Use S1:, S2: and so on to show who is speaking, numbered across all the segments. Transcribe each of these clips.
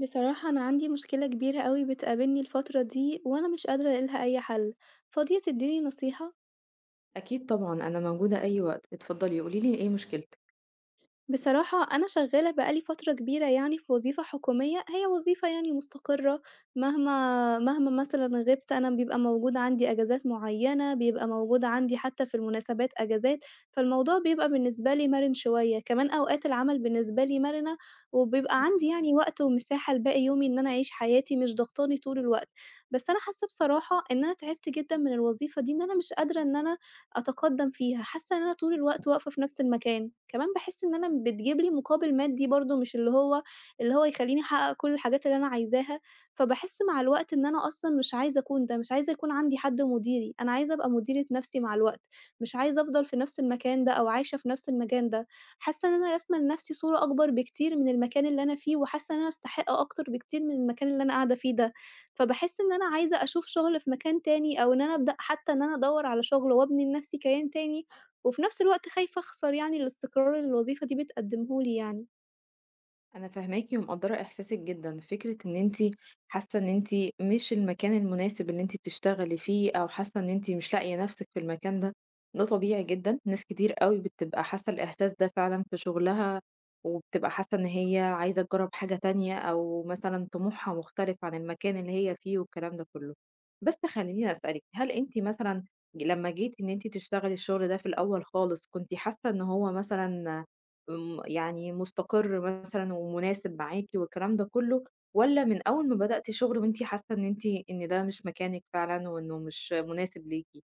S1: بصراحة أنا عندي مشكلة كبيرة أوي بتقابلني الفترة دي وأنا مش قادرة ألاقيلها أي حل، فاضية تديني نصيحة؟
S2: أكيد طبعًا أنا موجودة أي وقت، اتفضلي قولي لي إيه مشكلتِك؟
S1: بصراحة أنا شغّالة بقى لي فترة كبيرة يعني في وظيفة حكومية، هي وظيفة يعني مستقرة، مهما مثلًا غِبت أنا بيبقى موجود عندي أجازات معيّنة، بيبقى موجود عندي حتى في المناسبات أجازات، فالموضوع بيبقى بالنسبة لي مَرِن شوية، كمان أوقات العمل بالنسبة لي مَرِنة، وبيبقى عندي يعني وقت ومساحة لباقي يومي إن أنا أعيش حياتي، مش ضاغطاني طول الوقت. بس أنا حاسة بصراحة إن أنا تعبت جدًا من الوظيفة دي، إن أنا مش قادرة إن أنا أتقدّم فيها، حاسة إن أنا طول الوقت واقفة في نفس المكان، كمان باحس إن أنا بتجيب لي مقابل مادي برضه مش اللي هو يخلّيني أحقق كل الحاجات اللي أنا عايزاها، فباحس مع الوقت إن أنا أصلًا مش عايزة أكون ده، مش عايزة يكون عندي حد مديري، أنا عايزة أبقى مديرة نفسي مع الوقت، مش عايزة أفضل في نفس المكان ده أو عايشة في نفس المكان ده، حاسة إن أنا راسمة لنفسي صورة أكبر بكتير من المكان اللي أنا فيه، وحاسة إن أنا أستحق أكتر بكتير من المكان اللي أنا قاعدة فيه ده. فباحس إن أنا عايزة أشوف شغل في مكان تاني أو إن أنا أبدأ حتى إن أنا أدوّر على شغل وأبني لنفسي كيان تاني، وفي نفس الوقت خايفة أخسر يعني الاستقرار اللي الوظيفة دي بتقدمه لي يعني.
S2: انا فاهماكِ ومقدّرة احساسِك جدًا، فكرة إن أنتِ حاسة إن أنتِ مش المكان المناسب اللي أنتِ بتشتغلي فيه، أو حاسة إن أنتِ مش لاقية نفسِك في المكان ده، ده طبيعي جدًا، ناس كتير أوي بتبقى حاسة الإحساس ده فعلًا في شغلها، وبتبقى حاسة إن هي عايزة تجرّب حاجة تانية، أو مثلًا طموحها مختلف عن المكان اللي هي فيه والكلام ده كله. بس خلّيني أسألِك، هل أنتِ مثلًا لمّا جيتِ إن أنتِ تشتغلي الشغل ده في الأول خالص، كنتِ حاسة إن هو مثلًا يعني مستقر مثلًا ومناسب معاكِ والكلام ده كلّه، والّا من أول ما بدأتِ شغل وأنتِ حاسة إن أنتِ إن ده مش مكانِك فعلًا وإنه مش مناسب ليكِ؟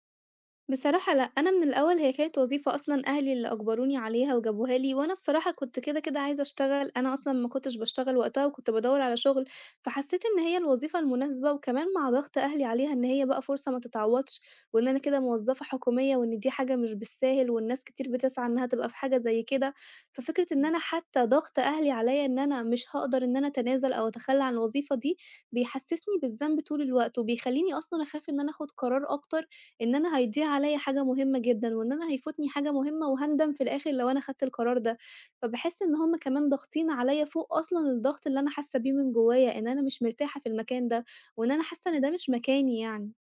S1: بصراحة لأ، أنا من الأول هي كانت وظيفة أصلًا أهلي اللي أجبروني عليها وجابوها لي، وأنا بصراحة كنت كده عايزة أشتغل، أنا أصلًا ما كنتش باشتغل وقتها وكنت بادوّر على شغل، فحسيت إن هي الوظيفة المناسبة وكمان مع ضغط أهلي عليها إن هي بقى فرصة ما تتعوّضش، وإن أنا كده موظفة حكومية وإن دي حاجة مش بالساهل والناس كتير بتسعى إنها تبقى في حاجة زي كده، ففكرة إن أنا حتى ضغط أهلي عليا إن أنا مش هاقدر إن أنا أتنازل أو أتخلى عن الوظيفة دي، بيحسسني بالذنب طول الوقت وبيخلّيني أصلًا أخاف إن أنا آخُد قرار أكتر إن أنا هيضيع عليّا حاجة مهمة جدًا، وإن أنا هيفوتني حاجة مهمة وهاندم في الآخر لو أنا خدت القرار ده، فباحس إن هُم كمان ضاغطين عليّا فوق أصلًا الضغط اللي أنا حاسة بيه من جوايا، إن أنا مش مرتاحة في المكان ده، وإن أنا حاسة إن ده مش مكاني يعني.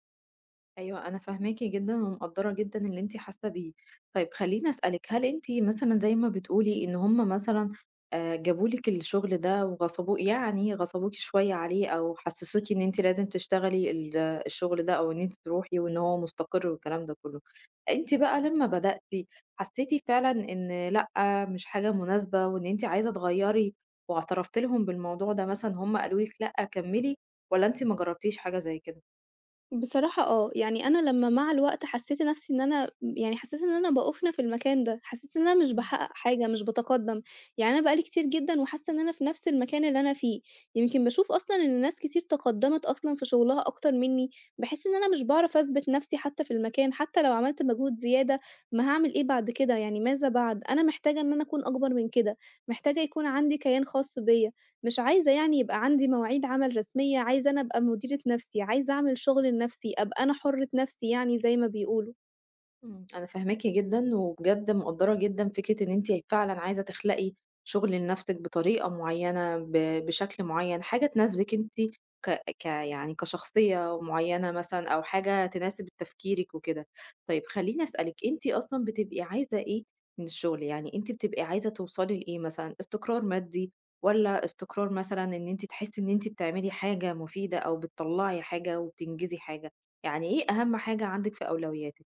S2: أيوه، أنا فاهماكِ جدًا ومقدّرة جدًا اللي أنتِ حاسة بيه. طيب خلّيني أسألِك، هل أنتِ مثلًا زي ما بتقولي إن هم مثلًا جابوا لِك الشغل ده وغصبو يعني غصبوكِ شوية عليه أو حسّسوكِ إن أنتِ لازم تشتغلي الشغل ده أو إن أنتِ تروحي وإن هو مستقر والكلام ده كُلّه. أنتِ بقى لمّا بدأتِ حسّيتِ فعلًا إن لأ، مش حاجة مناسبة وإن أنتِ عايزة تغيّري واعترفتِ لهم بالموضوع ده مثلًا هم قالوا لِك لأ كمّلي والّا أنتِ ما جرّبتيش حاجة زي كده؟
S1: بصراحة آه، يعني أنا لمّا مع الوقت حسّيت نَفْسي إن أنا م يعني حسّيت إن أنا باقُفنا في المكان ده، حسّيت إن أنا مش
S2: إمم.
S1: باحقّق حاجة، مش باتقدّم، يعني أنا بقى لي كتير جدًا وحاسّة إن أنا في نَفْس المكان اللي أنا فيه، يمكن باشوف أصلًا إن ناس كتير تقدّمت أصلًا في شُغلها أكتر منّي، باحس إن أنا مش باعرف أثبِت نَفْسي حتى في المكان، حتى لو عملت مجهود زيادة ما هاعمل إيه بعد كده، يعني ماذا بعد؟ أنا محتاجة إن أنا أكون أكبر من كده، محتاجة يكون عندي كيان خاص بيّا. مش عايزة يعني يبقى عندي مواعيد عمل رسمية، عايزة أنا أبقى مديرة نَفْسي، عايزة أعمل شغل لنَفْسي، أبقى أنا حُرّة نَفْسي يعني زي ما بيقولوا.
S2: إمم، أنا فاهماكِ جدًا، وبجد مقدّرة جدًا فكرة إن أنتِ فعلًا عايزة تخلقي شغل لنفسِك بطريقة معيّنة، بشكل معيّن، حاجة تناسبِك أنتِ ك ك يعني كشخصية معيّنة مثلًا أو حاجة تناسب تفكيرِك وكده. طيب خلّيني أسألِك، أنتِ أصلًا بتبقي عايزة إيه من الشغل؟ يعني أنتِ بتبقي عايزة توصلي لإيه مثلًا، استقرار مادي والّا استقرار مثلًا إن أنتِ تحسّي إن أنتِ بتعملي حاجة مفيدة أو بتطلّعي حاجة وبتنجزي حاجة؟ يعني إيه أهم حاجة عندِك في أولوياتِك؟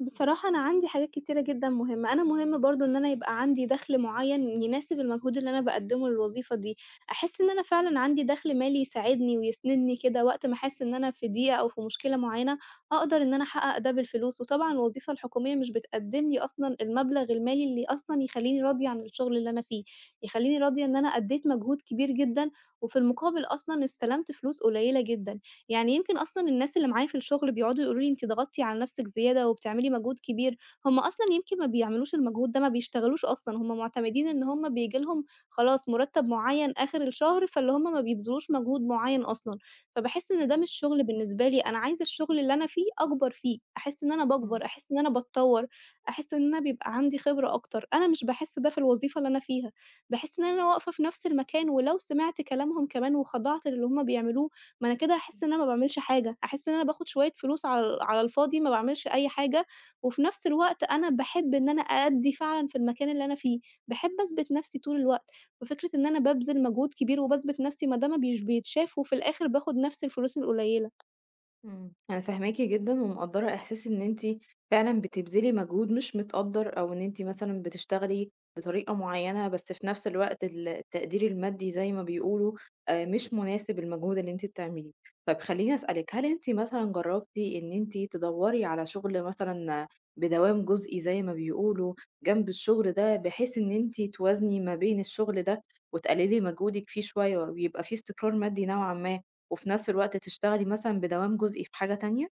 S1: بصراحة أنا عندي حاجات كتيرة جدًا مهمة، أنا مهم برضه إن أنا يبقى عندي دخل معيّن يناسب المجهود اللي أنا باقدّمه للوظيفة دي، أحس إن أنا فعلًا عندي دخل مالي يساعدني ويسندني كده وقت ما أحس إن أنا في ضيقة أو في مشكلة معيّنة، أقدر إن أنا أحقق ده بالفلوس، وطبعًا الوظيفة الحكومية مش بتقدّم لي أصلًا المبلغ المالي اللي أصلًا يخلّيني راضية عن الشغل اللي أنا فيه، يخلّيني راضية إن أنا أدّيت مجهود كبير جدًا، وفي المقابل أصلًا استلمت فلوس قليلة جدًا. يعني يمكن أصلًا الناس اللي معايا في الشغل بيقعدوا يقولوا لي: "أنتِ ضغطتِ على نفسِك زيادة وبتعملي مجهود كبير." هم أصلًا يمكن ما بيعملوش المجهود ده، ما بيشتغلوش أصلًا، هم معتمدين إن هم بييجي لهم خلاص مرتب معين آخر الشهر، فاللي هم ما بيبذلوش مجهود معين أصلًا. فباحس إن ده مش شغل بالنسبة لي، أنا عايزة الشغل اللي أنا فيه أكبر فيه، أحس إن أنا
S2: إمم،
S1: باكبر، أحس إن أنا باتطور، أحس إن أنا بيبقى عندي خبرة أكتر. أنا مش باحس ده في الوظيفة اللي أنا فيها، باحس إن أنا واقفة في نفس المكان، ولو سمعت كلامهم كمان وخضعت للي هم بيعملوه، ما أنا كده هاحس إن أنا ما باعملش حاجة، هاحس إن أنا باخد شوية فلوس على على الفاضي ما باعملش أي حاجة، وفي نفس الوقت أنا باحب إن أنا أأدّي فعلًا في المكان اللي أنا فيه، باحب أثبت نفسي طول الوقت، ففكرة إن أنا بابذل مجهود كبير وباثبت نفسي ما ده ما بيش بيتشاف وفي الآخر باخد نفس الفلوس القليلة.
S2: إمم، أنا فاهماكِ جدًا ومقدّرة إحساس إن أنتِ فعلًا بتبذلي مجهود مش متقدّر، أو إن أنتِ مثلًا بتشتغلي بطريقة معيّنة، بس في نفس الوقت التقدير المادي زي ما بيقولوا، مش مناسب المجهود اللي أنتِ بتعمليه. طَب خلّيني أسألِك، هل أنتِ مثلًا جرّبتِ إن أنتِ تدوّري على شغل مثلًا بدوام جزئي زي ما بيقولوا جنب الشغل ده، بحيث إن أنتِ توازني ما بين الشغل ده وتقللي مجهودِك فيه شوية ويبقى في استقرار مادي نوعًا ما؟ وفي نفس الوقت تشتغلي مثلًا بدوام جزئي في حاجة تانية؟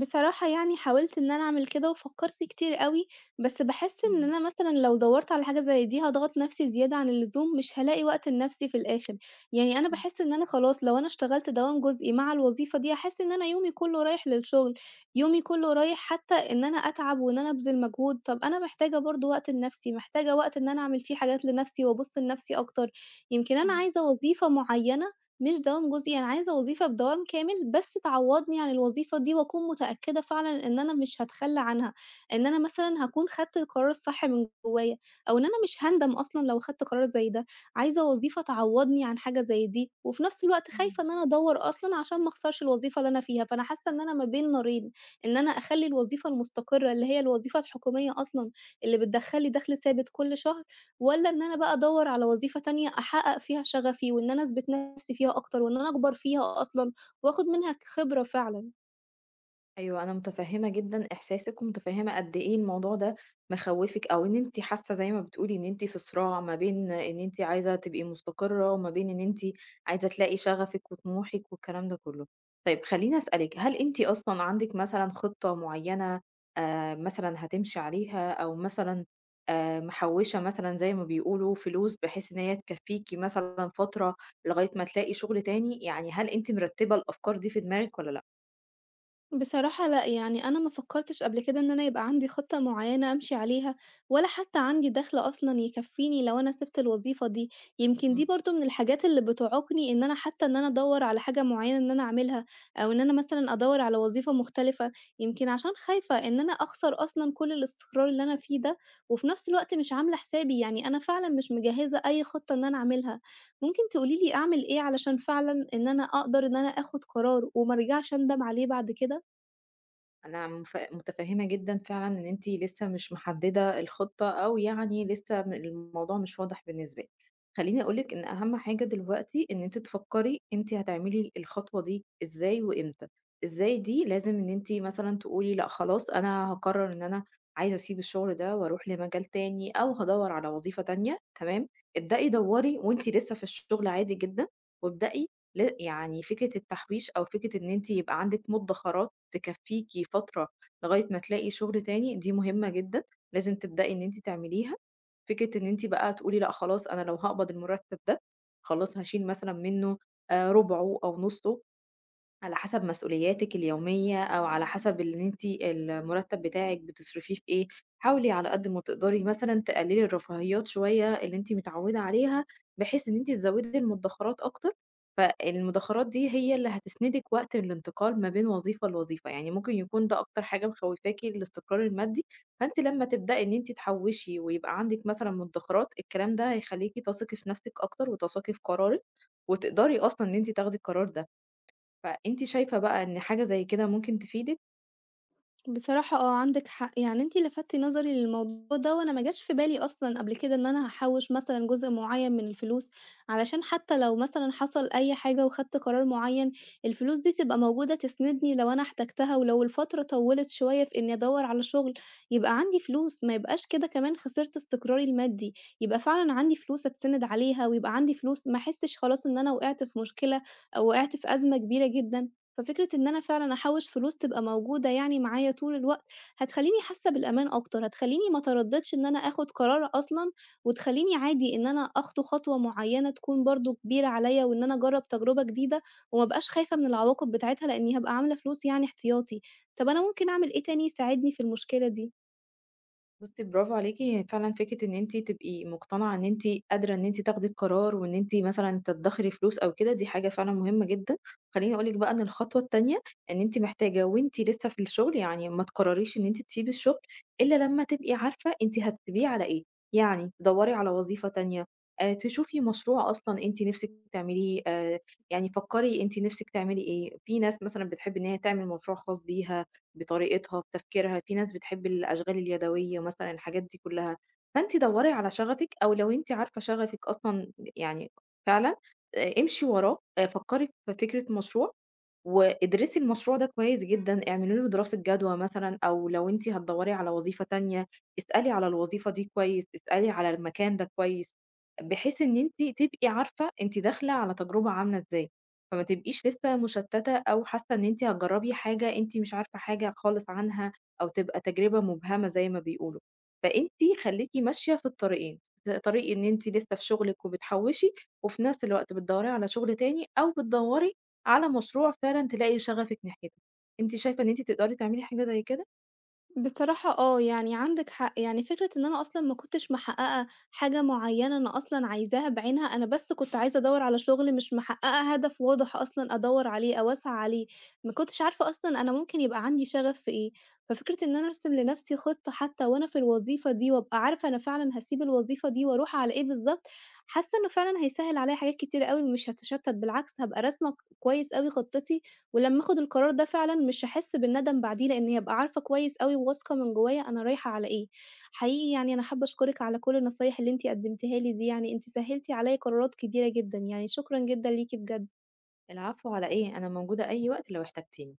S1: بصراحة يعني حاولت إن أنا أعمل كده وفكّرت كتير أوي، بس باحس إن
S2: إمم،
S1: أنا مثلًا لو دوّرت على حاجة زي دي هاضغط نَفْسي زيادة عن اللزوم، مش هالاقي وقت لنَفْسي في الآخر، يعني أنا
S2: إمم،
S1: باحس إن أنا خلاص لو أنا اشتغلت دوام جزئي مع الوظيفة دي، هاحس إن أنا يومي كُلّه رايح للشغل، يومي كُلّه رايح حتى إن أنا أتعب وإن أنا أبذل مجهود، طَب أنا محتاجة برضه وقت لنَفْسي، محتاجة وقت إن أنا أعمل فيه حاجات لنَفْسي وأبُص لنَفْسي أكتر، يمكن أنا
S2: إمم،
S1: عايزة وظيفة معيّنة مش دوام جزئي، أنا عايزة وظيفة بدوام كامل، بس تعوّضني عن الوظيفة دي وأكون متأكدة فعلًا إن أنا مش هاتخلّى عنها، إن أنا مثلًا هاكون خدت القرار الصح من جوّايا، أو إن أنا مش هاندم أصلًا لو خدت قرار زي ده، عايزة وظيفة تعوّضني عن حاجة زي دي، وفي نفس الوقت
S2: إمم.
S1: خايفة إن أنا أدوّر أصلًا عشان ما أخسرش الوظيفة اللي أنا فيها، فأنا حاسة إن أنا ما بين نارين، إن أنا أخلّي الوظيفة المستقرة اللي هي الوظيفة الحكومية أصلًا اللي بتدخّل لي دخل ثابت كل شهر، والّا إن أنا بقى أدوّر على وظيفة تانية أحقق فيها شغفي، وإن أنا أثبت نفسي فيها أكتر، وإن أنا أكبر فيها أصلًا، وآخد منها خبرة فعلًا؟
S2: أيوه، أنا متفهّمة جدًا إحساسِك ومتفهّمة قد إيه الموضوع ده مخوّفِك أو إن أنتِ حاسة زي ما بتقولي إن أنتِ في صراع ما بين إن أنتِ عايزة تبقي مستقرة وما بين إن أنتِ عايزة تلاقي شغفِك وطموحِك والكلام ده كُلّه. طيب خلّيني أسألِك، هل أنتِ أصلًا عندِك مثلًا خطة معيّنة مثلًا هتمشي عليها أو مثلًا محوّشة مثلًا زي ما بيقولوا فلوس بحيث إن هي تكفّيكِ مثلًا فترة لغاية ما تلاقي شغل تاني؟ يعني هل أنتِ مرتّبة الأفكار دي في دماغِك والّا لأ؟
S1: بصراحة لأ، يعني أنا ما فكّرتش قبل كده إن أنا يبقى عندي خطة معيّنة أمشي عليها، ولا حتى عندي دخْل أصلًا يكفّيني لو أنا سِبت الوظيفة دي، يمكن دي
S2: إمم.
S1: برضه من الحاجات اللي بتعيقني إن أنا حتى إن أنا أدوّر على حاجة معيّنة إن أنا أعملها، أو إن أنا مثلًا أدوّر على وظيفة مختلفة، يمكن عشان خايفة إن أنا أخسر أصلًا كلّ الاستقرار اللي أنا فيه ده، وفي نفْس الوقت مش عاملة حسابي، يعني أنا فعلًا مش مجهّزة أي خطة إن أنا أعملها، ممكن تقولي لي أعمل إيه علشان فعلًا إن أنا أقدر إن أنا آخُد قرار وما أرجعش أندم عليه بعد كده؟
S2: أنا متفهمة جدًا فعلًا إن أنتِ لسه مش محددة الخطة، أو يعني لسه الموضوع مش واضح بالنسبة لِك. خلّيني أقول لِك إن أهم حاجة دلوقتي إن أنتِ تفكّري أنتِ هتعملي الخطوة دي إزاي وإمتى. إزاي دي لازم إن أنتِ مثلًا تقولي لأ خلاص أنا هاقرر إن أنا عايزة أسيب الشغل ده وأروح لمجال تاني، أو هادوّر على وظيفة تانية، تمام؟ ابدئي دوّري وأنتِ لسه في الشغل عادي جدًا، وابدئي يعني فكرة التحويش أو فكرة إن أنتِ يبقى عندِك مدخرات تكفّيكِ فترة لغاية ما تلاقي شغل تاني، دي مهمة جدًا، لازم تبدئي إن أنتِ تعمليها. فكرة إن أنتِ بقى تقولي لأ خلاص أنا لو هاقبض المرتب ده، خلاص هاشيل مثلًا منه ربعه أو نُصّه. على حسب مسؤولياتِك اليومية أو على حسب إن أنتِ المرتب بتاعِك بتصرفيه في إيه، حاولي على قد ما تقدري مثلًا تقللي الرفاهيات شوية اللي أنتِ متعودة عليها، بحيث إن أنتِ تزودي المدخرات أكتر، فالمدخرات دي هي اللي هتسندِك وقت الانتقال ما بين وظيفة لوظيفة، يعني ممكن يكون ده أكتر حاجة مخوفاكِ الاستقرار المادي، فأنتِ لمّا تبدئي إن أنتِ تحوشي ويبقى عندِك مثلًا مدخرات، الكلام ده هيخليكِ تثقي في نفسِك أكتر وتثقي في قرارِك، وتقدري أصلًا إن أنتِ تاخدي القرار ده. فأنتِ شايفة بقى إن حاجة زي كده ممكن تفيدِك؟
S1: بصراحة آه، عندِك حق، يعني أنتِ لفتتِ نظري للموضوع ده وأنا ما جاش في بالي أصلًا قبل كده إن أنا هاحوّش مثلًا جزء معيّن من الفلوس، علشان حتى لو مثلًا حصل أي حاجة وخدت قرار معيّن، الفلوس دي تبقى موجودة تسندني لو أنا احتجتها، ولو الفترة طوّلت شوية في إني أدوّر على شغل، يبقى عندي فلوس، ما يبقاش كده كمان خسرت استقراري المادي، يبقى فعلًا عندي فلوس أتسند عليها، ويبقى عندي فلوس ما أحسش خلاص إن أنا وقعت في مشكلة أو وقعت في أزمة كبيرة جدًا. ففكرة إن أنا فعلًا أحوّش فلوس تبقى موجودة يعني معايا طول الوقت، هتخلّيني حاسة بالأمان أكتر، هتخلّيني ما أتردّدش إن أنا آخُد قرار أصلًا، وتخلّيني عادي إن أنا أخطو خطوة معيّنة تكون برضه كبيرة عليّا، وإن أنا أجرّب تجربة جديدة، وما أبقاش خايفة من العواقب بتاعتها، لإنّي هابقى عاملة فلوس يعني احتياطي. طَب أنا ممكن أعمل إيه تاني يساعدني في المشكلة دي؟
S2: بُصي برافو عليكِ، هي فعلًا فكرة إن أنتِ تبقي مقتنعة إن أنتِ قادرة إن أنتِ تاخدي القرار وإن أنتِ مثلًا تدّخري فلوس أو كده، دي حاجة فعلًا مهمة جدًا. خلّيني أقول لِك بقى إن الخطوة التانية، إن أنتِ محتاجة وأنتِ لسه في الشغل، يعني ما تقرريش إن أنتِ تسيبي الشغل إلا لمّا تبقي عارفة أنتِ هتسيبيه على إيه، يعني تدوّري على وظيفة تانية، تشوفي مشروع أصلًا أنتِ نِفسِك تعمليه، يعني فكّري أنتِ نِفسِك تعملي إيه، في ناس مثلًا بتحب إن هي تعمل مشروع خاص بيها، بطريقتها، بتفكيرها، في ناس بتحب الأشغال اليدوية مثلًا، الحاجات دي كلها. فأنتِ دوّري على شغفِك أو لو أنتِ عارفة شغفِك أصلًا يعني فعلًا، امشي وراه، فكّري في فكرة مشروع وادرسي المشروع ده كويس جدًا، اعملي له دراسة جدوى مثلًا، أو لو أنتِ هتدوّري على وظيفة تانية، اسألي على الوظيفة دي كويس، اسألي على المكان ده كويس، بحيث إن أنتِ تبقي عارفة أنتِ داخلة على تجربة عاملة إزاي، فما تبقيش لسه مشتتة أو حاسة إن أنتِ هتجربي حاجة أنتِ مش عارفة حاجة خالص عنها، أو تبقى تجربة مبهمة زي ما بيقولوا، فأنتِ خليكِ ماشية في الطريقين، طريق إن أنتِ لسه في شغلِك وبتحوّشي، وفي نفس الوقت بتدوّري على شغل تاني، أو بتدوّري على مشروع فعلًا تلاقي شغفِك ناحيته. أنتِ شايفة إن أنتِ تقدري تعملي حاجة زي كده؟
S1: بصراحة آه، يعني عندِك حق، يعني فكرة إن أنا أصلًا ما كنتش محققة حاجة معيّنة أنا أصلًا عايزاها بعينها، أنا بس كنت عايزة أدوّر على شغل مش محققة هدف واضح أصلًا أدوّر عليه أو أسعى عليه، ما كنتش عارفة أصلًا أنا ممكن يبقى عندي شغف في إيه، ففكرة إن أنا أرسم لنفسي خطة حتى وأنا في الوظيفة دي وأبقى عارفة أنا فعلًا هاسيب الوظيفة دي وأروح على إيه بالضبط، حاسة إنه فعلًا هيسهّل عليَّ حاجات كتيرة أوي ومش هاتشتت، بالعكس هابقى راسمة كويس أوي خطتي. ولمّا آخُد القرار ده فعلًا مش هاحس بالندم بعديه، لإنّي هابقى عارفة كويس أوي وواثقة من جوّايا أنا رايحة على إيه. حقيقي يعني أنا حابة أشكرِك على كل النصايح اللي أنتِ قدّمتيها لي دي، يعني أنتِ سهّلتِ عليّا قرارات كبيرة جدًا، يعني شكرًا جدًا ليكِ بجد.
S2: العفو على إيه، أنا موجودة أي وقت لو احتجتيني.